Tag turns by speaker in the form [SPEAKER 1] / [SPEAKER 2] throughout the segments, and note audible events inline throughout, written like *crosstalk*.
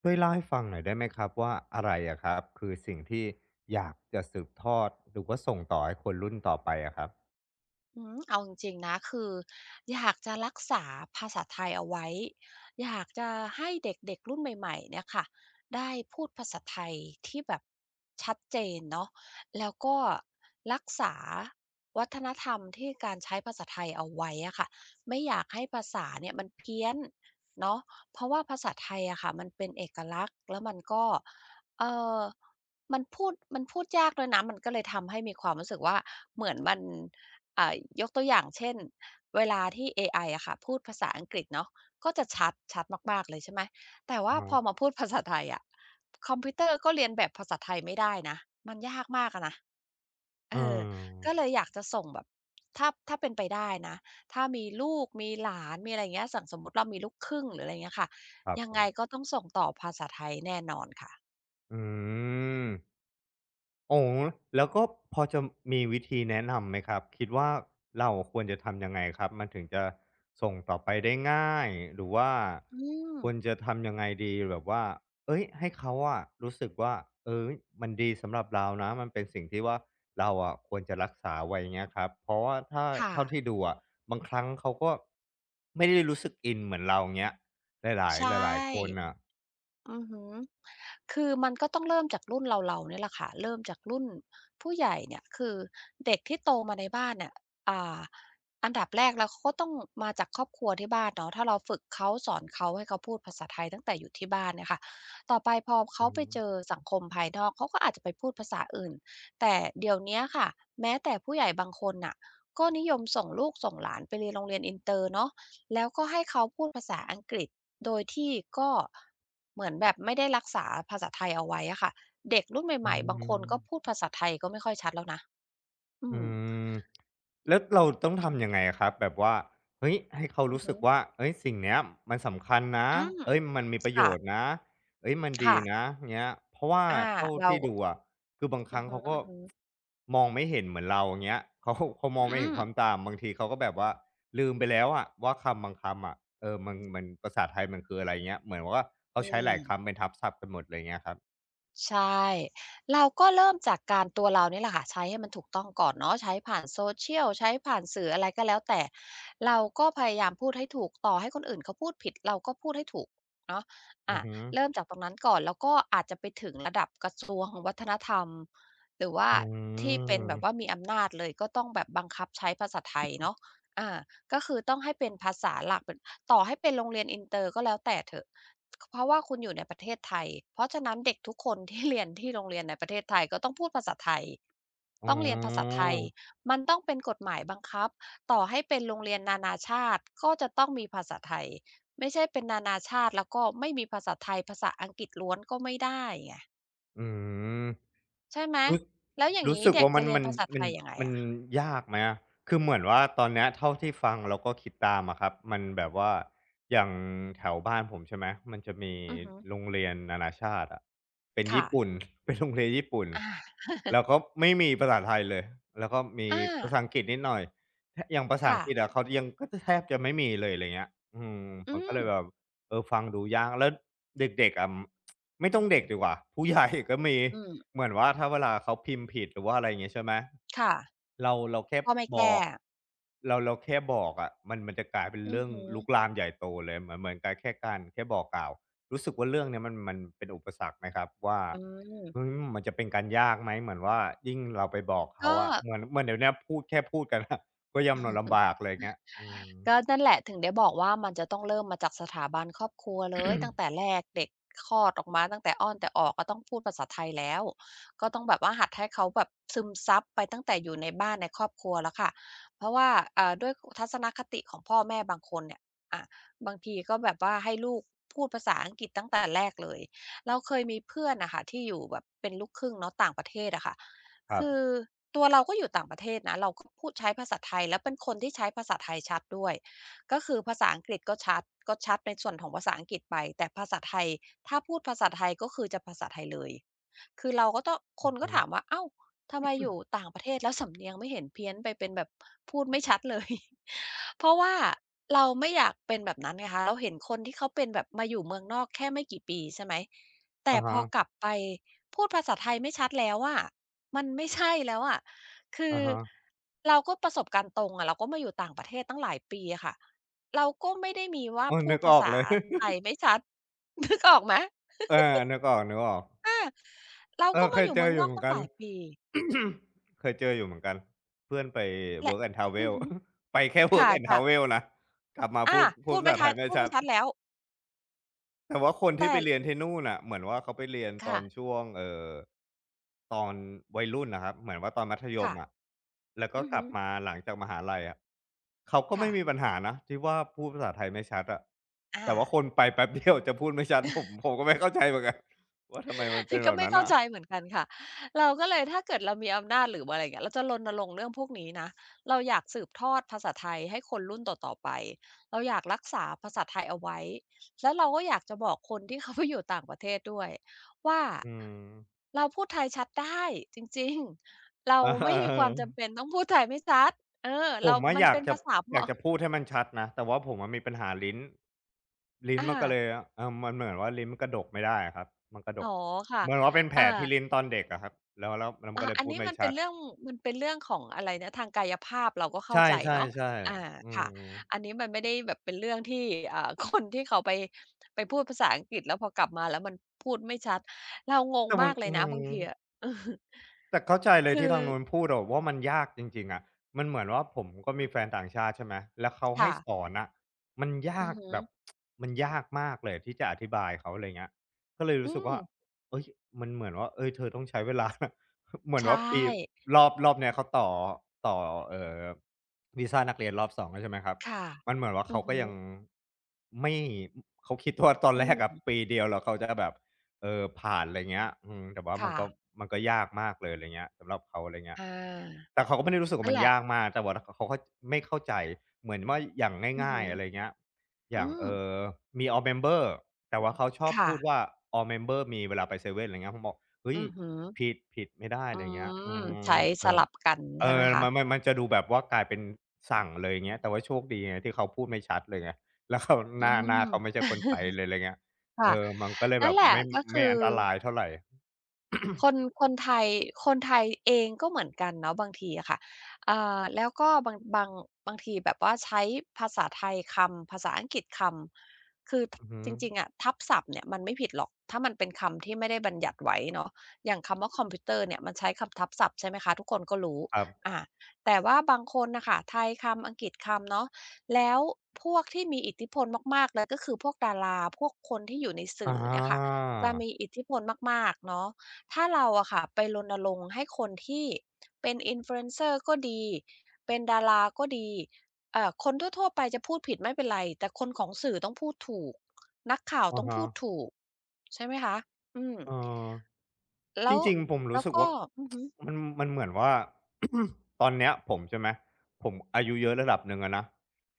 [SPEAKER 1] ช่วยเล่าให้ฟังหน่อยได้ไหมครับว่าอะไรอะครับคือสิ่งที่อยากจะสืบทอดหรือว่าส่งต่อให้คนรุ่นต่อไปอะครับ
[SPEAKER 2] อืมเอาจริงๆนะคืออยากจะรักษาภาษาไทยเอาไว้อยากจะให้เด็กๆรุ่นใหม่ๆเนี่ยค่ะได้พูดภาษาไทยที่แบบชัดเจนเนาะแล้วก็รักษาวัฒนธรรมที่การใช้ภาษาไทยเอาไว้อะค่ะไม่อยากให้ภาษาเนี่ยมันเพี้ยนเนาะเพราะว่าภาษาไทยอะค่ะมันเป็นเอกลักษณ์แล้วมันก็เออมันพูดยากด้วยนะมันก็เลยทำให้มีความรู้สึกว่าเหมือนมัน อ่ายกตัวอย่างเช่นเวลาที่เอไออะค่ะพูดภาษาอังกฤษเนาะก็จะชัดมากๆเลยใช่ไหมแต่ว่า
[SPEAKER 1] อะ
[SPEAKER 2] พ
[SPEAKER 1] ฮะ
[SPEAKER 2] อมาพูดภาษาไทยอะคอมพิวเตอร์ก็เรียนแบบภาษาไทยไม่ได้นะมันยากมากอะนะเอ
[SPEAKER 1] เออ
[SPEAKER 2] อก็เลยอยากจะส่งแบบถ้าเป็นไปได้นะถ้ามีลูกมีหลานมีอะไรเงี้ยสั่งสมมุติเรามีลูกครึ่งหรืออะไรยเงี้ยค่ะ
[SPEAKER 1] ครับ
[SPEAKER 2] ยัง
[SPEAKER 1] ผ
[SPEAKER 2] ไง
[SPEAKER 1] ม
[SPEAKER 2] ก็ต้องส่งต่อภาษาไทยแน่นอนค่ะ
[SPEAKER 1] อืม อ๋อแล้วก็พอจะมีวิธีแนะนำไหมครับคิดว่าเราควรจะทำยังไงครับ มันถึงจะส่งต่อไปได้ง่าย หรือว่า
[SPEAKER 2] อืม
[SPEAKER 1] ควรจะทำยังไงดีแบบว่าเฮ้ยให้เขาอะรู้สึกว่าเฮ้ยมันดีสำหรับเรานะมันเป็นสิ่งที่ว่าเราอะควรจะรักษาไว้อย่างเงี้ยครับเพราะว่าถ้า
[SPEAKER 2] ค่ะ
[SPEAKER 1] เท่าที่ดูอะบางครั้งเขาก็ไม่ได้รู้สึกอินเหมือนเราอย่างเงี้ยหลา
[SPEAKER 2] ใช่
[SPEAKER 1] ยๆหลายๆคนน่ะ
[SPEAKER 2] อือฮึคือมันก็ต้องเริ่มจากรุ่นเราๆเนี่ยแหละค่ะเริ่มจากรุ่นผู้ใหญ่เนี่ยคือเด็กที่โตมาในบ้านเนี่ยอ่าอันดับแรกแล้วเขาก็ต้องมาจากครอบครัวที่บ้านเนาะถ้าเราฝึกเขาสอนเขาให้เขาพูดภาษาไทยตั้งแต่อยู่ที่บ้านเนี่ยค่ะต่อไปพอ
[SPEAKER 1] อื
[SPEAKER 2] เขา
[SPEAKER 1] อ
[SPEAKER 2] ไป
[SPEAKER 1] ฮึ
[SPEAKER 2] เจอสังคมภายนอกเขาก็อาจจะไปพูดภาษาอื่นแต่เดี๋ยวเนี้ยค่ะแม้แต่ผู้ใหญ่บางคนน่ะก็นิยมส่งลูกส่งหลานไปเรียนโรงเรียนอินเตอร์เนาะ แล้วก็ให้เขาพูดภาษาอังกฤษโดยที่ก็เหมือนแบบไม่ได้รักษาภาษาไทยเอาไว้อะค่ะเด็กรุ่นให
[SPEAKER 1] อื
[SPEAKER 2] ม่ๆบางคนก็พูด
[SPEAKER 1] ม
[SPEAKER 2] ภาษาไทยก็ไม่ค่อยชัดแล้วนะอื
[SPEAKER 1] อื
[SPEAKER 2] ม
[SPEAKER 1] มแล้วเราต้องทำยังไงครับแบบว่าเฮ้ยให้เขา
[SPEAKER 2] อือ
[SPEAKER 1] รู้
[SPEAKER 2] ฮึ
[SPEAKER 1] สึกว่าเฮ้ยสิ่งเนี้ยมันสำคัญนะ
[SPEAKER 2] อืม
[SPEAKER 1] เฮ้ยมันมีประโย
[SPEAKER 2] ค่ะ
[SPEAKER 1] ชน์นะเฮ้ยมันดี
[SPEAKER 2] ค่ะ
[SPEAKER 1] นะเงี้ยเพราะว่า
[SPEAKER 2] อา
[SPEAKER 1] เท่า
[SPEAKER 2] เรา
[SPEAKER 1] ที่ดูอะคือบางค
[SPEAKER 2] อื
[SPEAKER 1] รั้
[SPEAKER 2] อ
[SPEAKER 1] ง
[SPEAKER 2] ฮึ
[SPEAKER 1] เขาก็
[SPEAKER 2] ๆ
[SPEAKER 1] มองไม่เห็นเหมือนเราเงี้ย *laughs* เขามอง
[SPEAKER 2] อื
[SPEAKER 1] ไม่เห็น
[SPEAKER 2] ม
[SPEAKER 1] ความต่างบางทีเขาก็แบบว่าลืมไปแล้วอะว่าคำบางคำอะเออมันภาษาไทยมันคืออะไรเงี้ยเหมือนว่าเขา
[SPEAKER 2] อื
[SPEAKER 1] ใช้ห
[SPEAKER 2] ม
[SPEAKER 1] ลายคำเป็นทับศัพท์กันหมดเลยเงี้ยครับ
[SPEAKER 2] ใช่เราก็เริ่มจากการตัวเรานี่แหละค่ะใช้ให้มันถูกต้องก่อนเนาะใช้ผ่าน Social ใช้ผ่านสื่ออะไรก็แล้วแต่เราก็พยายามพูดให้ถูกต่อให้คนอื่นเขาพูดผิดเราก็พูดให้ถูกเนาะ
[SPEAKER 1] อื
[SPEAKER 2] อา
[SPEAKER 1] อฮึ
[SPEAKER 2] เริ่มจากตรงนั้นก่อนแล้วก็อาจจะไปถึงระดับกระทรวงวัฒนธรรมหรือว่า
[SPEAKER 1] อื
[SPEAKER 2] ที่เป็น
[SPEAKER 1] ม
[SPEAKER 2] แบบว่ามีอำนาจเลยก็ต้องแบบบังคับใช้ภาษาไทยเนาะอาก็คือต้องให้เป็นภาษาหลักเป็นต่อให้เป็นโรงเรียนอินเตอร์ก็แล้วแต่เถอะ เพราะว่าคุณอยู่ในประเทศไทย เพราะฉะนั้นเด็กทุกคนที่เรียนที่โรงเรียนในประเทศไทยก็ต้องพูดภาษาไทย
[SPEAKER 1] อ๋
[SPEAKER 2] ต้องเรียนภาษาไทย
[SPEAKER 1] อ
[SPEAKER 2] มันต้องเป็นกฎหมายบังคับ ต่อให้เป็นโรงเรียนนานาชาติก็จะต้องมีภาษาไทย ไม่ใช่เป็นนานาชาติแล้วก็ไม่มีภาษาไทยภาษาอังกฤษล้วนก็ไม่ได้ไง
[SPEAKER 1] อืม
[SPEAKER 2] ใช่ไหม
[SPEAKER 1] รู้
[SPEAKER 2] แล้วอย่าง
[SPEAKER 1] รู้
[SPEAKER 2] งี้
[SPEAKER 1] สึก
[SPEAKER 2] เด็ก
[SPEAKER 1] ว่า
[SPEAKER 2] จะเรียนภาษาไท
[SPEAKER 1] มัน
[SPEAKER 2] ยยังไง
[SPEAKER 1] มัน
[SPEAKER 2] อะ
[SPEAKER 1] ยากไหมอะคือเหมือนว่าตอนเนี้ยเท่าที่ฟังแล้วก็คิดตามอะครับมันแบบว่าอย่างแถวบ้านผมใช่ไหมมันจะมี
[SPEAKER 2] อือฮึ
[SPEAKER 1] โรงเรียนนานาชาติอะเป็น
[SPEAKER 2] ค่ะ
[SPEAKER 1] ญี่ปุ่น *laughs* เป็นโรงเรียนญี่ปุ่น
[SPEAKER 2] อา
[SPEAKER 1] แล้วก็ไม่มีภาษาไทยเลย แล้วก็มี
[SPEAKER 2] *laughs* อา
[SPEAKER 1] ภาษาอังกฤษนิดหน่อยถอย่างภาษาอั
[SPEAKER 2] ค่ะ
[SPEAKER 1] งกฤษอะเขายังก็จะแทบจะไม่มีเลยไรเงี้ยอืม
[SPEAKER 2] อื
[SPEAKER 1] มันก็
[SPEAKER 2] ม
[SPEAKER 1] เลยแบบ เออฟังดูยากแล้วเด็กๆอะไม่ต้องเด็กดีกว่า *laughs* ผู้ใหญ่ก็มี
[SPEAKER 2] อืม
[SPEAKER 1] เหมือนว่าถ้าเวลาเขาพิมพ์ผิดหรือว่าอะไรอย่างงี้ใช่ไหม
[SPEAKER 2] ค่ะ
[SPEAKER 1] เราแค่
[SPEAKER 2] ก็ไม่
[SPEAKER 1] บ
[SPEAKER 2] แก้
[SPEAKER 1] อกเราแค่บอกอะมันจะกลายเป็น
[SPEAKER 2] อือ
[SPEAKER 1] เรื่อง
[SPEAKER 2] ฮึ
[SPEAKER 1] ลุกลามใหญ่โตเลยเหมือนกับแค่การแค่บอกกล่าวรู้สึกว่าเรื่องเนี้ยมันเป็นอุปสรรคไหมครับว่า
[SPEAKER 2] อืม
[SPEAKER 1] เฮ้ยมันจะเป็นการยากไหมเหมือนว่ายิ่งเราไปบอกเขา
[SPEAKER 2] ก็
[SPEAKER 1] อะเหมือนเหมือนเดี๋ยวเนี้ยพูดแค่พูดกันอะก็ยำนลำบากเลยอเงี้ยอืม
[SPEAKER 2] ก็นั่นแหละถึงได้บอกว่ามันจะต้องเริ่มมาจากสถาบันครอบครัวเลยตั้งแต่แรกเด็กคลอดออกมาตั้งแต่อ้อนแต่ออกก็ต้องพูดภาษาไทยแล้วก็ต้องแบบว่าหัดให้เขาแบบซึมซับไปตั้งแต่อยู่ในบ้านในครอบครัวแล้วค่ะเพราะว่าด้วยทัศนคติของพ่อแม่บางคนเนี่ยอะบางทีก็แบบว่าให้ลูกพูดภาษาอังกฤษตั้งแต่แรกเลยเราเคยมีเพื่อนนะค่ะที่อยู่แบบเป็นลูกครึ่งเนาะต่างประเทศอะค่ะ
[SPEAKER 1] ครั
[SPEAKER 2] คือ
[SPEAKER 1] บ
[SPEAKER 2] ตัวเราก็อยู่ต่างประเทศนะเราก็พูดใช้ภาษาไทยแล้วเป็นคนที่ใช้ภาษาไทยชัดด้วยก็คือภาษาอังกฤษก็ชัดก็ชัดในส่วนของภาษาอังกฤษไปแต่ภาษาไทยถ้าพูดภาษาไทยก็คือจะภาษาไทยเลยคือเราก็ต้องค
[SPEAKER 1] อือ
[SPEAKER 2] นก็
[SPEAKER 1] ฮึ
[SPEAKER 2] ถามว่าอ้าวทำไมอยู่ต่างประเทศแล้วสำเนียงไม่เห็นเพี้ยนไปเป็นแบบพูดไม่ชัดเลย *laughs* เพราะว่าเราไม่อยากเป็นแบบนั้นไงคะเราเห็นคนที่เขาเป็นแบบมาอยู่เมืองนอกแค่ไม่กี่ปีใช่ไหมแต่
[SPEAKER 1] อะ
[SPEAKER 2] พ
[SPEAKER 1] ฮะ
[SPEAKER 2] อกลับไปพูดภาษาไทยไม่ชัดแล้วอะ มันไม่ใช่แล้วอะคือ
[SPEAKER 1] อะฮะ
[SPEAKER 2] เราก็ประสบการณ์ตรงอะเราก็มาอยู่ต่างประเทศตั้งหลายปีอะค่ะเราก็ไม่ได้มีว่า
[SPEAKER 1] เออ
[SPEAKER 2] พู
[SPEAKER 1] นึ
[SPEAKER 2] ด
[SPEAKER 1] กอ
[SPEAKER 2] ภา
[SPEAKER 1] อก
[SPEAKER 2] ษา
[SPEAKER 1] เลย
[SPEAKER 2] ไท
[SPEAKER 1] *laughs*
[SPEAKER 2] ยไม่ชัด *laughs* นึกออกไหม
[SPEAKER 1] เออนึกออกๆ
[SPEAKER 2] อาเรา
[SPEAKER 1] เอ
[SPEAKER 2] ก็
[SPEAKER 1] อเค
[SPEAKER 2] มา
[SPEAKER 1] ย
[SPEAKER 2] อยู่
[SPEAKER 1] เจ
[SPEAKER 2] เมื
[SPEAKER 1] อ
[SPEAKER 2] อง
[SPEAKER 1] อ
[SPEAKER 2] น
[SPEAKER 1] ยู่
[SPEAKER 2] อก
[SPEAKER 1] เหมือน
[SPEAKER 2] ตั้ง
[SPEAKER 1] กั
[SPEAKER 2] ห
[SPEAKER 1] น
[SPEAKER 2] ลายปี
[SPEAKER 1] *coughs* เคยเจออยู่เหมือนกัน เพื่อนไป
[SPEAKER 2] และ
[SPEAKER 1] Work and
[SPEAKER 2] อือ
[SPEAKER 1] Travel
[SPEAKER 2] ฮึ
[SPEAKER 1] *laughs* ไปแค่
[SPEAKER 2] ค
[SPEAKER 1] Work and
[SPEAKER 2] ่ะๆ
[SPEAKER 1] Travel นะ กลับมาพู
[SPEAKER 2] อา
[SPEAKER 1] ดพูด
[SPEAKER 2] พูด
[SPEAKER 1] ภา
[SPEAKER 2] ไม่
[SPEAKER 1] ษาไท
[SPEAKER 2] ทัด
[SPEAKER 1] ยไม่
[SPEAKER 2] พูด
[SPEAKER 1] ชั
[SPEAKER 2] ไม่
[SPEAKER 1] ด
[SPEAKER 2] ชัดแล้ว
[SPEAKER 1] แต่ว่าคนที่
[SPEAKER 2] แต่
[SPEAKER 1] ไปเรียนที่นู่นน่ะเหมือนว่าเขาไปเรียนตอ
[SPEAKER 2] ค่ะ
[SPEAKER 1] นช่วงตอนวัยรุ่นน่ะครับเหมือนว่าตอนมัธยม
[SPEAKER 2] ค่ะ
[SPEAKER 1] อะแล้วก็
[SPEAKER 2] อือ
[SPEAKER 1] ก
[SPEAKER 2] ฮึ
[SPEAKER 1] ลับมาหลังจากมหาลัยอะเขาก็
[SPEAKER 2] ค่ะ
[SPEAKER 1] ไม่มีปัญหานะที่ว่าพูดภาษาไทยไม่ชัดอะ
[SPEAKER 2] อา
[SPEAKER 1] แต่ว่าคนไปแป๊บเดียวจะพูดไม่ชัดผมก็ไม่เข้าใจเหมือนกันว่าทำไมมันเป็น
[SPEAKER 2] *laughs* ก็
[SPEAKER 1] แบบ
[SPEAKER 2] ไม่
[SPEAKER 1] นั้น
[SPEAKER 2] เข้า
[SPEAKER 1] น่ะ
[SPEAKER 2] ใจเหมือนกันค่ะเราก็เลยถ้าเกิดเรามีอำนาจหรือว่าอะไรเงี้ยเราจะรณรงค์เรื่องพวกนี้นะเราอยากสืบทอดภาษาไทยให้คนรุ่นต่อๆไปเราอยากรักษาภาษาไทยเอาไว้แล้วเราก็อยากจะบอกคนที่เขาไปอยู่ต่างประเทศด้วยว่า
[SPEAKER 1] อืม
[SPEAKER 2] เราพูดไทยชัดได้จริงๆ เรา
[SPEAKER 1] อา *laughs*
[SPEAKER 2] ไม่มี
[SPEAKER 1] เอ
[SPEAKER 2] ความ
[SPEAKER 1] อ
[SPEAKER 2] จำเป็นต้องพูดไทยไม่ชัด เออ
[SPEAKER 1] ผ
[SPEAKER 2] เรา
[SPEAKER 1] มอะ
[SPEAKER 2] มัน
[SPEAKER 1] อยา
[SPEAKER 2] เป็
[SPEAKER 1] ก
[SPEAKER 2] น
[SPEAKER 1] จะ
[SPEAKER 2] ภาษาพ
[SPEAKER 1] พูดให้มันชัดนะแต่ว่าผมอะมีปัญหาลิ้นลิ้น
[SPEAKER 2] อา
[SPEAKER 1] มันก็เลยมันเหมือนว่าลิ้นมันกระดกไม่ได้อะครับมันกระด
[SPEAKER 2] อ๋อ
[SPEAKER 1] ก
[SPEAKER 2] ค่ะ
[SPEAKER 1] เหมือนว่าเป็นแผ
[SPEAKER 2] อา
[SPEAKER 1] ลที่ลิ้นตอนเด็กอะครับแล้วมัน
[SPEAKER 2] อา
[SPEAKER 1] ก็เลย
[SPEAKER 2] อัน
[SPEAKER 1] พูด
[SPEAKER 2] นี้
[SPEAKER 1] ไม่
[SPEAKER 2] มันเป็
[SPEAKER 1] ชั
[SPEAKER 2] น
[SPEAKER 1] ด
[SPEAKER 2] เรื่องมันเป็นเรื่องของอะไรนะทางกายภาพเราก็เข้า
[SPEAKER 1] ใช่
[SPEAKER 2] ใจเนาะอา
[SPEAKER 1] ๆๆอื
[SPEAKER 2] ค่ะ
[SPEAKER 1] ม
[SPEAKER 2] อันนี้มันไม่ได้แบบเป็นเรื่องที่*laughs* คนที่เขาไปพูดภาษาอังกฤษแล้วพอกลับมาแล้วมันพูดไม่ชัดเรางง
[SPEAKER 1] แต่มั
[SPEAKER 2] มา
[SPEAKER 1] น
[SPEAKER 2] กเลย
[SPEAKER 1] อื
[SPEAKER 2] นะ
[SPEAKER 1] ม
[SPEAKER 2] บางทีอะ *laughs*
[SPEAKER 1] แต่เข้าใจเลย
[SPEAKER 2] คื
[SPEAKER 1] ที่
[SPEAKER 2] อ
[SPEAKER 1] ทางนู้นพูดอะว่ามันยากจริงๆอะมันเหมือนว่าผมก็มีแฟนต่างชาติใช่ไหมแล้วเขาให้
[SPEAKER 2] ค่ะ
[SPEAKER 1] สอนน่ะมัน
[SPEAKER 2] อื
[SPEAKER 1] ยา
[SPEAKER 2] อ
[SPEAKER 1] ก
[SPEAKER 2] หื
[SPEAKER 1] แบบมันยากมากเลยที่จะอธิบายเขาอะไรเงี้ยก็เลย
[SPEAKER 2] ออื
[SPEAKER 1] รู้สึก
[SPEAKER 2] ม
[SPEAKER 1] ว่าเฮ้ยมันเหมือนว่าเฮ้ยเธอต้องใช้เวลานะ *laughs* เหมือน
[SPEAKER 2] ใช่
[SPEAKER 1] ว่าปีรอบเนี้ยเขาต่อเอ่อวีซานักเรียนรอบ2แล้วใช่ไหมครับ
[SPEAKER 2] ค่ะ
[SPEAKER 1] มันเหมือนว่า
[SPEAKER 2] อื
[SPEAKER 1] เขา
[SPEAKER 2] อ
[SPEAKER 1] ก็
[SPEAKER 2] ฮึ
[SPEAKER 1] ยัง
[SPEAKER 2] อ
[SPEAKER 1] ไม่เขาคิดว่าตอน
[SPEAKER 2] อื
[SPEAKER 1] แรกอะ
[SPEAKER 2] ม
[SPEAKER 1] ปีเดียวแล้วเขาจะแบบ เออผ่านอะไรเงี้ยอืมแต่ว่ามัน
[SPEAKER 2] ค่ะ
[SPEAKER 1] ก็มันก็ยากมากเลยอะไรเงี้ยสำหรับเขาอะไรเงี้
[SPEAKER 2] อ
[SPEAKER 1] ย
[SPEAKER 2] า
[SPEAKER 1] แต่เขาก็ไม่ได้รู้สึก
[SPEAKER 2] นั่
[SPEAKER 1] ว่า
[SPEAKER 2] น
[SPEAKER 1] มัน
[SPEAKER 2] แหละ
[SPEAKER 1] ยากมากแต่ว่าเขาก็ไม่เข้าใจเหมือนว่าอย่าง
[SPEAKER 2] อือ
[SPEAKER 1] ง่า
[SPEAKER 2] หื
[SPEAKER 1] ย
[SPEAKER 2] อ
[SPEAKER 1] ๆอะไรเงี้ยอ
[SPEAKER 2] อื
[SPEAKER 1] ย่าง
[SPEAKER 2] ม
[SPEAKER 1] มี all member แต่ว่าเขาชอบ
[SPEAKER 2] ค่ะ
[SPEAKER 1] พูดว่า all member มีเวลาไปเซเว่นอะไรเงี้ยผมบอกเฮ้ย
[SPEAKER 2] อือหือ
[SPEAKER 1] ผิดไม่ได้
[SPEAKER 2] อื
[SPEAKER 1] อะไรเงี้ยอื
[SPEAKER 2] ม
[SPEAKER 1] ม
[SPEAKER 2] ใช้
[SPEAKER 1] เอ
[SPEAKER 2] ส
[SPEAKER 1] อ
[SPEAKER 2] ลับกัน
[SPEAKER 1] เอ
[SPEAKER 2] ใช่ไหม
[SPEAKER 1] อ
[SPEAKER 2] คะ
[SPEAKER 1] มันจะดูแบบว่ากลายเป็นสั่งเลยเงี้ยแต่ว่าโชคดีไงที่เขาพูดไม่ชัดเลยไงแล้วเขาห
[SPEAKER 2] อื
[SPEAKER 1] น้าหน้าเขาไม่
[SPEAKER 2] ม
[SPEAKER 1] ใช่คนไทยเลยอะไรเงี้ย เอ
[SPEAKER 2] ค่ะ
[SPEAKER 1] อมันก็เลย
[SPEAKER 2] นั่
[SPEAKER 1] แบ
[SPEAKER 2] น
[SPEAKER 1] บ
[SPEAKER 2] แหละก็
[SPEAKER 1] ไม่
[SPEAKER 2] คือ
[SPEAKER 1] อันตรายเท่าไร
[SPEAKER 2] คนคนไทยคนไทยเองก็เหมือนกันเนาะบางทีอะค่ะอ่าแล้วก็บางบางทีแบบว่าใช้ภาษาไทยคำภาษาอังกฤษคำคือ
[SPEAKER 1] อือฮึ
[SPEAKER 2] จริงๆอะทับศัพท์เนี่ยมันไม่ผิดหรอกถ้ามันเป็นคำที่ไม่ได้บัญญัติไว้เนาะอย่างคำว่าคอมพิวเตอร์เนี่ยมันใช้คำทับศัพท์ใช่ไหมคะทุกคนก็รู้
[SPEAKER 1] ครั
[SPEAKER 2] อา
[SPEAKER 1] บ
[SPEAKER 2] แต่ว่าบางคนน่ะค่ะไทยคำอังกฤษคำเนาะแล้วพวกที่มีอิทธิพลมากๆเลยก็คือพวกดาราพวกคนที่อยู่ใน
[SPEAKER 1] อ
[SPEAKER 2] สื่อเนี่ยค่ะ
[SPEAKER 1] า
[SPEAKER 2] จะมีอิทธิพลมากๆเนาะ ถ้าเราอะค่ะไปรณรงค์ให้คนที่เป็น Influencer ก็ดีเป็นดาราก็ดีคนทั่วๆไปจะพูดผิดไม่เป็นไรแต่คนของสื่อต้องพูดถูกนักข่าว
[SPEAKER 1] อะ
[SPEAKER 2] ต้อง
[SPEAKER 1] ฮะ
[SPEAKER 2] พูดถูกใช่ไหมคะอืม
[SPEAKER 1] เออ จ
[SPEAKER 2] แล้ว
[SPEAKER 1] ริงๆผมรู้สึก
[SPEAKER 2] ก็
[SPEAKER 1] ว่า
[SPEAKER 2] อือฮึ
[SPEAKER 1] มันเหมือนว่า *coughs* ตอนเนี้ยผมใช่ไหมผมอายุเยอะระดับหนึ่งอะนะ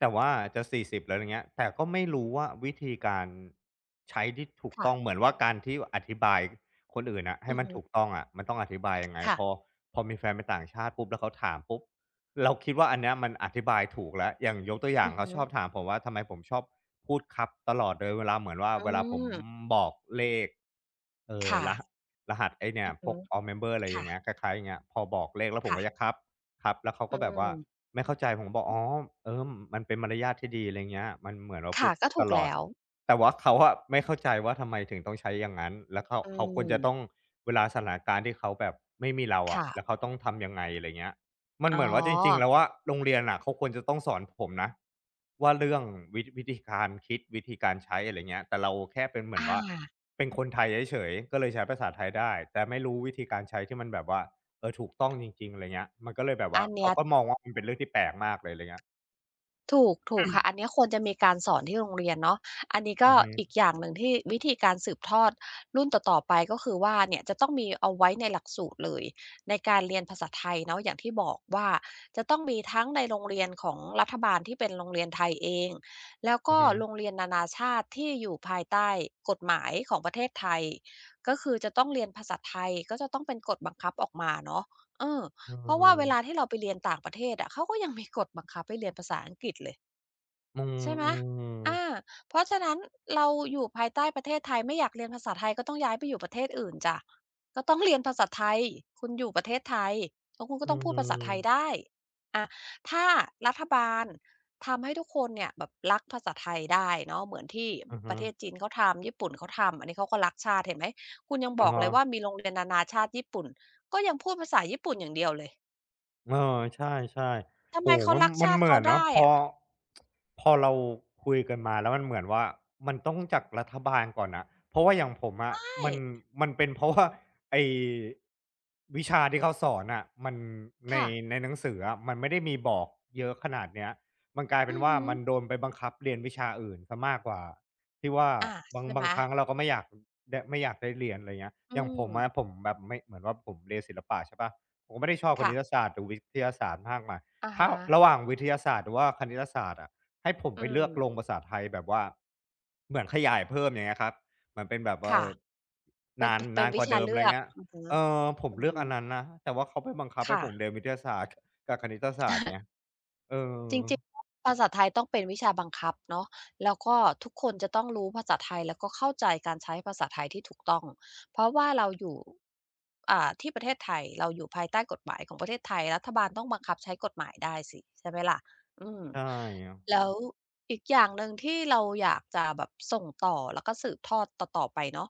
[SPEAKER 1] แต่ว่าจะ40แล้วอย่างเงี้ยแต่ก็ไม่รู้ว่าวิธีการใช้ที่ถูก
[SPEAKER 2] ค่ะ
[SPEAKER 1] ต้องเหมือนว่าการที่อธิบายคนอื่นน่ะ
[SPEAKER 2] อื
[SPEAKER 1] ให้
[SPEAKER 2] อ
[SPEAKER 1] มัน
[SPEAKER 2] ฮึ
[SPEAKER 1] ถูกต้องอะมันต้องอธิบายยังไง
[SPEAKER 2] ค่ะ
[SPEAKER 1] พอมีแฟนเป็นต่างชาติปุ๊บแล้วเขาถามปุ๊บเราคิดว่าอันเนี้ยมันอธิบายถูกแล้วอย่างยกตัวอย่า
[SPEAKER 2] อื
[SPEAKER 1] ง
[SPEAKER 2] อฮึ
[SPEAKER 1] เขาชอบถามผมว่าทำไมผมชอบพูดครับตลอดเลยเวลาเหมือนว่า
[SPEAKER 2] อื
[SPEAKER 1] เวลาผม
[SPEAKER 2] ม
[SPEAKER 1] บอกเลข
[SPEAKER 2] ค่ะ
[SPEAKER 1] รหะ รหัสไอ้เนี่ย
[SPEAKER 2] อือ
[SPEAKER 1] พ
[SPEAKER 2] ฮึ
[SPEAKER 1] วก all member อะไรอย่า
[SPEAKER 2] ค่ะ
[SPEAKER 1] งเงี้ยคล้ายๆอย่างเงี้ยพอบอกเลขแล้วผม
[SPEAKER 2] ค่ะ
[SPEAKER 1] ก็จะครับครับแล้วเขา
[SPEAKER 2] อื
[SPEAKER 1] ก็แบบว่า
[SPEAKER 2] ม
[SPEAKER 1] ไม่เข้าใจผมก็บอกอ๋อเออมันเป็นมารยาทที่ดีอะไรเงี้ยมันเหมือนเราพู
[SPEAKER 2] ค่ะ
[SPEAKER 1] ดค
[SPEAKER 2] ก็
[SPEAKER 1] รบ
[SPEAKER 2] ถู
[SPEAKER 1] ต
[SPEAKER 2] ก
[SPEAKER 1] ลอ
[SPEAKER 2] แล้
[SPEAKER 1] ด
[SPEAKER 2] ว
[SPEAKER 1] แต่ว่าเขาอะไม่เข้าใจว่าทำไมถึงต้องใช้อย่างงั้นแล้วเขา
[SPEAKER 2] อื
[SPEAKER 1] เขาควรจะต้อง
[SPEAKER 2] ม
[SPEAKER 1] เวลาสถานการณ์ที่เขาแบบไม่มีเราอะ
[SPEAKER 2] ค่ะ
[SPEAKER 1] แล้วเขาต้องทำยังไงอะไรเงี้ยมัน
[SPEAKER 2] อ๋อ
[SPEAKER 1] เหมือนว่าจริงๆแล้วอะโรงเรียนน่ะเขาควรจะต้องสอนผมนะว่าเรื่องวิธีการคิดวิธีการใช้อะไรเงี้ยแต่เราแค่เป็นเหมือน
[SPEAKER 2] อา
[SPEAKER 1] ว่า เป็นคนไทยเฉยๆก็เลยใช้ภาษาไทยได้ แต่ไม่รู้วิธีการใช้ที่มันแบบว่าเออถูกต้องจริงๆอะไรเงี้ยมันก็เลยแบบ
[SPEAKER 2] อั
[SPEAKER 1] ว่า
[SPEAKER 2] นเนี้
[SPEAKER 1] เขา
[SPEAKER 2] ย
[SPEAKER 1] ก็มองว่ามันเป็นเรื่องที่แปลกมากเลยอะไรเงี้ย
[SPEAKER 2] ถูกค่ะอันเนี้ยควรจะมีการสอนที่โรงเรียนเนาะอันนี้ก็
[SPEAKER 1] อือฮึ
[SPEAKER 2] อีกอย่างหนึ่งที่วิธีการสืบทอดรุ่นต่อๆไปก็คือว่าเนี่ยจะต้องมีเอาไว้ในหลักสูตรเลยในการเรียนภาษาไทยเนาะอย่างที่บอกว่าจะต้องมีทั้งในโรงเรียนของรัฐบาลที่เป็นโรงเรียนไทยเองแล้ว
[SPEAKER 1] อื
[SPEAKER 2] ก็
[SPEAKER 1] อฮึ
[SPEAKER 2] โรงเรียนนานาชาติที่อยู่ภายใต้กฎหมายของประเทศไทยก็คือจะต้องเรียนภาษาไทยก็จะต้องเป็นกฎบังคับออกมาเนาะเออ
[SPEAKER 1] อื
[SPEAKER 2] เพราะว่าเวลา
[SPEAKER 1] ม
[SPEAKER 2] ที่เราไปเรียนต่างประเทศอะเขาก็ยังมีกฎบังคับให้เรียนภาษาอังกฤษเลยใช่ไหม
[SPEAKER 1] อือ
[SPEAKER 2] อา
[SPEAKER 1] ๆ
[SPEAKER 2] เพราะฉะนั้นเราอยู่ภายใต้ประเทศไทยไม่อยากเรียนภาษาไทยก็ต้องย้ายไปอยู่ประเทศอื่นจ้ะก็ต้องเรียนภาษาไทยคุณอยู่ประเทศไทยแล้วคุณก็
[SPEAKER 1] อื
[SPEAKER 2] ต้อง
[SPEAKER 1] อ
[SPEAKER 2] พูด
[SPEAKER 1] อือ
[SPEAKER 2] ภา
[SPEAKER 1] ฮ
[SPEAKER 2] ษาไทย
[SPEAKER 1] ึ
[SPEAKER 2] ได้อาถ้ารัฐบาลทำให้ทุกคนเนี่ยแบบรักภาษาไทยได้เนาะเหมือนที่ประเทศ
[SPEAKER 1] อ
[SPEAKER 2] จีนเขาทำญี่ปุ่นเขาทำอันนี้เขาก็รักชาติเห็นไหมคุณยังบ
[SPEAKER 1] อะ
[SPEAKER 2] อก
[SPEAKER 1] ฮะ
[SPEAKER 2] เลยว่ามีโรงเรียนนานาชาติญี่ปุ่นก็ยังพูดภาษาญี่ปุ่นอย่างเดียวเลย
[SPEAKER 1] เออใช่
[SPEAKER 2] ทำ
[SPEAKER 1] ๆ
[SPEAKER 2] ไม
[SPEAKER 1] โอ้
[SPEAKER 2] เขา
[SPEAKER 1] โฮมัน
[SPEAKER 2] รัก
[SPEAKER 1] มัน
[SPEAKER 2] ชาติ
[SPEAKER 1] เหมื
[SPEAKER 2] เขา
[SPEAKER 1] อนเนาะ
[SPEAKER 2] ได้
[SPEAKER 1] พอ
[SPEAKER 2] อะ
[SPEAKER 1] พอเราคุยกันมาแล้วมันเหมือนว่ามันต้องจากรัฐบาลก่อนน่ะเพราะว่าอย่างผมอะมั
[SPEAKER 2] ใช่
[SPEAKER 1] นมันเป็นเพราะว่าไอ้วิชาที่เขาสอนน่ะมันใน
[SPEAKER 2] ค่ะ
[SPEAKER 1] ในหนังสืออะมันไม่ได้มีบอกเยอะขนาดเนี้ยมันกลายเป็
[SPEAKER 2] อื
[SPEAKER 1] น
[SPEAKER 2] อ
[SPEAKER 1] ว่า
[SPEAKER 2] ฮึ
[SPEAKER 1] มันโดนไปบังคับเรียนวิชาอื่นเสียมากกว่าที่ว่า
[SPEAKER 2] อา
[SPEAKER 1] บาง
[SPEAKER 2] ใช่ไห
[SPEAKER 1] บา
[SPEAKER 2] ม
[SPEAKER 1] งครั้งเราก็ไม่อยากไม่อยากได้เรียนอะไรเงี้ยอ
[SPEAKER 2] อื
[SPEAKER 1] ย่างผ
[SPEAKER 2] ม
[SPEAKER 1] มอะผมแบบไม่เหมือนว่าผมเรียนศิลปะใช่เปล่า ผมก็ไม่ได้ชอบคณิต
[SPEAKER 2] ค่ะ
[SPEAKER 1] ศาสตร์หรือวิทยาศาสตร์มากมาย
[SPEAKER 2] อะ
[SPEAKER 1] ถ้า
[SPEAKER 2] ฮะ
[SPEAKER 1] ระหว่างวิทยาศาสตร์หรือว่าคณิตศาสตร์อะให้ผม
[SPEAKER 2] อื
[SPEAKER 1] ไปเลื
[SPEAKER 2] ม
[SPEAKER 1] อกลงภาษาไทยแบบว่าเหมือนขยายเพิ่มอย่างเงี้ยครับเหมือนเป็นแบบว่า
[SPEAKER 2] ค่ะเป็น
[SPEAKER 1] นาน
[SPEAKER 2] ตเป็
[SPEAKER 1] นา
[SPEAKER 2] น
[SPEAKER 1] นก
[SPEAKER 2] วิ
[SPEAKER 1] ว่า
[SPEAKER 2] ชา
[SPEAKER 1] เดิมอะ
[SPEAKER 2] เลื
[SPEAKER 1] ไร
[SPEAKER 2] อก
[SPEAKER 1] เงี้ย
[SPEAKER 2] อือฮึ
[SPEAKER 1] เออผม
[SPEAKER 2] อื
[SPEAKER 1] เลือก
[SPEAKER 2] ม
[SPEAKER 1] อันนั้นนะแต่ว่าเขาไปบังคับให้
[SPEAKER 2] ค่ะ
[SPEAKER 1] ผมเรียนวิทยาศาสตร์กับคณิตศาสตร์ไงเออ
[SPEAKER 2] จริงๆ ภาษาไทยต้องเป็นวิชาบังคับเนาะแล้วก็ทุกคนจะต้องรู้ภาษาไทยแล้วก็เข้าใจการใช้ภาษาไทยที่ถูกต้อง เพราะว่าเราอยู่อ่าที่ประเทศไทยเราอยู่ภายใต้กฎหมายของประเทศไทยรัฐบาลต้องบังคับใช้กฎหมายได้สิใช่ไหมล่ะอืม
[SPEAKER 1] ใช่
[SPEAKER 2] แล้วอีกอย่างหนึ่งที่เราอยากจะแบบส่งต่อแล้วก็สืบทอดต่อๆไปเนาะ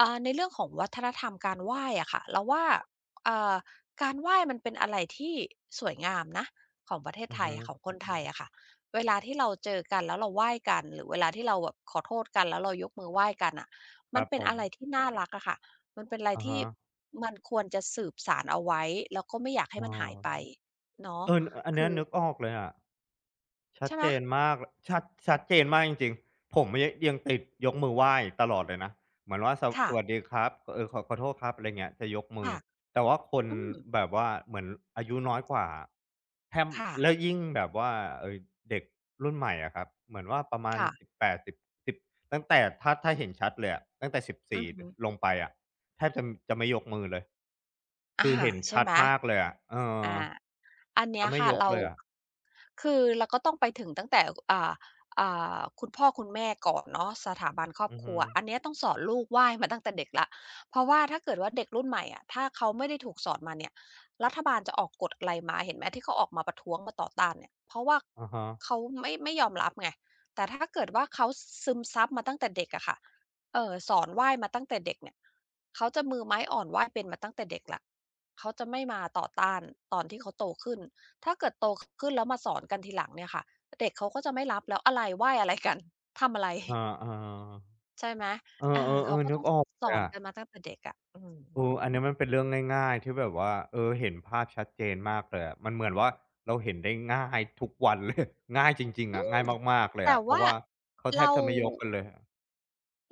[SPEAKER 2] อ่าในเรื่องของวัฒนธรรมการไหว้อะค่ะเราว่าอ่าการไหว้มันเป็นอะไรที่สวยงามนะ ของประเทศ
[SPEAKER 1] อื
[SPEAKER 2] ไท
[SPEAKER 1] อ
[SPEAKER 2] ย
[SPEAKER 1] ฮึ
[SPEAKER 2] อะของคนไทยอะค่ะเวลาที่เราเจอกันแล้วเราไหว้กันหรือเวลาที่เราแบบขอโทษกันแล้วเรายกมือไหว้กันน่ะ
[SPEAKER 1] ค
[SPEAKER 2] มั
[SPEAKER 1] รั
[SPEAKER 2] น
[SPEAKER 1] บ
[SPEAKER 2] เป็
[SPEAKER 1] ผ
[SPEAKER 2] น
[SPEAKER 1] ม
[SPEAKER 2] อะไรที่น่ารักอะค่ะมันเป็นอะไร
[SPEAKER 1] อะ
[SPEAKER 2] ที่
[SPEAKER 1] ฮะ
[SPEAKER 2] มันควรจะสืบสานเอาไว้แล้วก็ไม่อยาก
[SPEAKER 1] เอ
[SPEAKER 2] ให้มันหายไป
[SPEAKER 1] อ
[SPEAKER 2] เนาะ
[SPEAKER 1] เอออันเนี้
[SPEAKER 2] คื
[SPEAKER 1] ย
[SPEAKER 2] อ
[SPEAKER 1] นึกออกเลยอะ ชัด
[SPEAKER 2] ใช่ไหม
[SPEAKER 1] เจนมากชัดเจนมากจริงๆผมยังติดยกมือไหว้ตลอดเลยนะเหมือนว่า
[SPEAKER 2] ค่ะ
[SPEAKER 1] สวัสดีครับเออขอโทษครับอะไรเงี้ยจะยกมือ
[SPEAKER 2] ค่ะ
[SPEAKER 1] แต่ว่าคน
[SPEAKER 2] อืม
[SPEAKER 1] แบบว่าเหมือนอายุน้อยกว่าแทบ
[SPEAKER 2] ค่ะ
[SPEAKER 1] แล้วยิ่งแบบว่าเอ่อเด็กรุ่นใหม่อะครับเหมือนว่าประมาณ
[SPEAKER 2] ค่ะ
[SPEAKER 1] 1ิบแปดสิบสิบตั้งแต่ถ้าเห็นชัดเลยอะตั้งแต่สิบสี
[SPEAKER 2] อือฮึ
[SPEAKER 1] 4ลงไปอะแทบจะจะไม่ยกมือเลย
[SPEAKER 2] อา
[SPEAKER 1] คือเห็น
[SPEAKER 2] ใช่
[SPEAKER 1] ชัด
[SPEAKER 2] ไหม
[SPEAKER 1] มากเลยอะเออ
[SPEAKER 2] อา อันเนี้
[SPEAKER 1] จะ
[SPEAKER 2] ย
[SPEAKER 1] ไม่
[SPEAKER 2] ค่ะ
[SPEAKER 1] ยก
[SPEAKER 2] เรา
[SPEAKER 1] เลยอะ
[SPEAKER 2] คือเราก็ต้องไปถึงตั้งแต่อ่าอ่คุณพ่อคุณแม่ก่อนเนาะสถาบันครอบ
[SPEAKER 1] อือ
[SPEAKER 2] ครั
[SPEAKER 1] ฮึ
[SPEAKER 2] วอันเนี้ยต้องสอนลูกไหว้มาตั้งแต่เด็กแล้วเพราะว่าถ้าเกิดว่าเด็กรุ่นใหม่อะถ้าเขาไม่ได้ถูกสอนมาเนี่ยรัฐบาลจะออกกฎอะไรมาเห็นไหมที่เขาออกมาประท้วงมาต่อต้านเนี่ยเพราะว่า
[SPEAKER 1] อะฮะ
[SPEAKER 2] เขาไม่ยอมรับไงแต่ถ้าเกิดว่าเขาซึมซับมาตั้งแต่เด็กอะค่ะสอนไหว้มาตั้งแต่เด็กเนี่ยเขาจะมือไม้อ่อนไหว้เป็นมาตั้งแต่เด็กแล้ว เขาจะไม่มาต่อต้านตอนที่เขาโตขึ้นถ้าเกิดโตขึ้นแล้วมาสอนกันทีหลังเนี่ยค่ะเด็กเขาก็จะไม่รับแล้วอะไรไหว้อะไรกัน *laughs* ทำอะไร
[SPEAKER 1] อา
[SPEAKER 2] *laughs*
[SPEAKER 1] ๆ
[SPEAKER 2] ใช่ไหม
[SPEAKER 1] เออ
[SPEAKER 2] เอาเขา
[SPEAKER 1] ๆ
[SPEAKER 2] ก็
[SPEAKER 1] ๆนึ
[SPEAKER 2] ต้
[SPEAKER 1] ก
[SPEAKER 2] อง
[SPEAKER 1] ออก
[SPEAKER 2] ส
[SPEAKER 1] เล
[SPEAKER 2] อ
[SPEAKER 1] ย
[SPEAKER 2] น
[SPEAKER 1] อะ
[SPEAKER 2] กันมาตั้งแต่เด็กอะอืม
[SPEAKER 1] เอออันนี้มันเป็นเรื่องง่ายๆที่แบบว่าเออเห็นภาพชัดเจนมากเลยอะมันเหมือนว่าเราเห็นได้ง่ายทุกวันเลย *laughs* ง่ายจริงๆ
[SPEAKER 2] อื
[SPEAKER 1] อะ
[SPEAKER 2] ม
[SPEAKER 1] ง่ายมากๆเลย
[SPEAKER 2] แต่
[SPEAKER 1] อะเพราะ
[SPEAKER 2] ว่า
[SPEAKER 1] ว่าเขาแทบ
[SPEAKER 2] เรา
[SPEAKER 1] จะไม่ยกกันเลย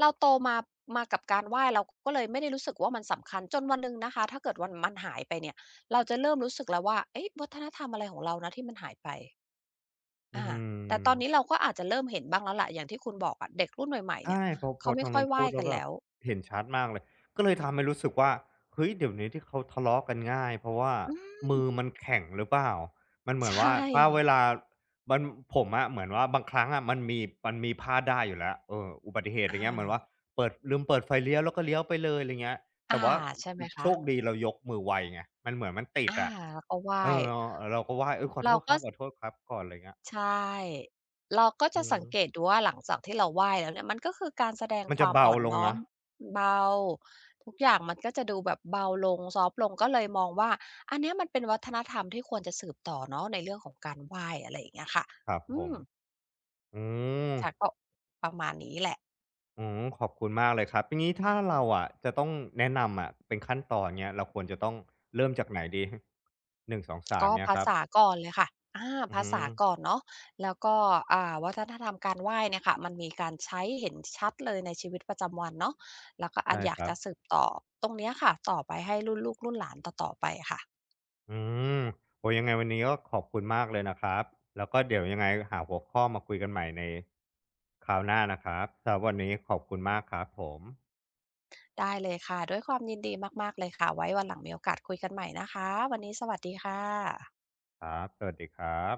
[SPEAKER 2] เราโตมามากับการไหว้เราก็เลยไม่ได้รู้สึกว่ามันสำคัญจนวันหนึ่งนะคะถ้าเกิดวันมันหายไปเนี่ยเราจะเริ่มรู้สึกแล้วว่าเอ๊ะวัฒนธรรมอะไรของเรานะที่มันหายไป
[SPEAKER 1] อื
[SPEAKER 2] อา
[SPEAKER 1] ม
[SPEAKER 2] แต่ตอนนี้เราก็อาจจะเริ่มเห็นบ้างแล้วแหละอย่างที่คุณบอกอะเด็กรุ่นใหม่ๆเนี่ย
[SPEAKER 1] ใช่พอพ
[SPEAKER 2] เขา
[SPEAKER 1] อ
[SPEAKER 2] ไม่
[SPEAKER 1] ทาง
[SPEAKER 2] ค่อ
[SPEAKER 1] นู้
[SPEAKER 2] ย
[SPEAKER 1] น
[SPEAKER 2] ไห
[SPEAKER 1] พู
[SPEAKER 2] ว้
[SPEAKER 1] ดแล้
[SPEAKER 2] กั
[SPEAKER 1] ว
[SPEAKER 2] น
[SPEAKER 1] แบ
[SPEAKER 2] แล้
[SPEAKER 1] บ
[SPEAKER 2] ว
[SPEAKER 1] เห็นชัดมากเลยก็เลยทำให้รู้สึกว่าเฮ้ยเดี๋ยวนี้ที่เขาทะเลาะกันง่ายเพราะว่า
[SPEAKER 2] อืม
[SPEAKER 1] มือมันแข็งหรือเปล่ามันเห
[SPEAKER 2] *laughs*
[SPEAKER 1] มือน
[SPEAKER 2] ใช่
[SPEAKER 1] ว่าถ้าเวลามันผมอะเหมือนว่าบางครั้งอะมันมีพลาดได้อยู่แล้วเอออุบัติเหตุ
[SPEAKER 2] อ
[SPEAKER 1] อย่างเงี้ยเหมือนว่า
[SPEAKER 2] า
[SPEAKER 1] เปิดลืมเปิดไฟเลี้ยวแล้วก็เลี้ยวไปเลยอะไรเงี้ย
[SPEAKER 2] อา
[SPEAKER 1] แต่ว่า
[SPEAKER 2] ใช่ไหม
[SPEAKER 1] โช
[SPEAKER 2] คะ
[SPEAKER 1] คดีเรายกมือไวไงมันเหมือนมันติด
[SPEAKER 2] อา
[SPEAKER 1] อะ
[SPEAKER 2] แล้วก็ไหว้
[SPEAKER 1] เออเราก็ไหว้เออ
[SPEAKER 2] เราก็
[SPEAKER 1] ขอโทษครับก่อนอะไรเงี้ย
[SPEAKER 2] ใช่เราก็
[SPEAKER 1] อื
[SPEAKER 2] จะสังเก
[SPEAKER 1] ม
[SPEAKER 2] ตดูว่าหลังจากที่เราไหว้แล้วเนี่ยมันก็คือการแสดง
[SPEAKER 1] มัน
[SPEAKER 2] ค
[SPEAKER 1] จะ
[SPEAKER 2] วาม
[SPEAKER 1] เบา
[SPEAKER 2] อ่อน
[SPEAKER 1] ลง
[SPEAKER 2] น้อม
[SPEAKER 1] นะ
[SPEAKER 2] เบาทุกอย่างมันก็จะดูแบบเบาลงซอฟต์ลงก็เลยมองว่าอันเนี้ยมันเป็นวัฒนธรรมที่ควรจะสืบต่อเนาะในเรื่องของการไหว้อะไรอย่างเงี้ยค่ะ
[SPEAKER 1] ครับ
[SPEAKER 2] อื
[SPEAKER 1] ผ
[SPEAKER 2] ม
[SPEAKER 1] มอืม
[SPEAKER 2] ค่ะก็ประมาณนี้แหละ
[SPEAKER 1] อืมขอบคุณมากเลยครับอย่างี้ถ้าเราอะจะต้องแนะนำอะเป็นขั้นตอนเนี้ยเราควรจะต้องเริ่มจากไหนดี *laughs* หนึ่งสองสาม
[SPEAKER 2] ก็
[SPEAKER 1] เนี้ย
[SPEAKER 2] ภา
[SPEAKER 1] ครับ
[SPEAKER 2] ษาก่อนเลยค่ะ
[SPEAKER 1] อือ
[SPEAKER 2] ภา
[SPEAKER 1] ฮึ
[SPEAKER 2] ษาก่อนเนาะแล้วก็วัฒนธรรมการไหว้เนี่ยค่ะมันมีการใช้เห็นชัดเลยในชีวิตประจำวันเนาะแล้วก็อั
[SPEAKER 1] ใช่
[SPEAKER 2] นอยา
[SPEAKER 1] ค
[SPEAKER 2] ก
[SPEAKER 1] รับ
[SPEAKER 2] จะสืบต่อตรงเนี้ยค่ะต่อไปให้รุ่นลูกรุ่นหลานต่อๆไปค่ะ
[SPEAKER 1] อืมโอ้ยังไงวันนี้ก็ขอบคุณมากเลยนะครับแล้วก็เดี๋ยวยังไงหาหัวข้อมาคุยกันใหม่ในคราวหน้านะครับสำหรับวันนี้ขอบคุณมากครับผม
[SPEAKER 2] ได้เลยค่ะ ด้วยความยินดีมากๆเลยค่ะไว้วันหลังมีโอกาสคุยกันใหม่นะคะวันนี้สวัสดีค่ะ
[SPEAKER 1] ครับสวัสดีครับ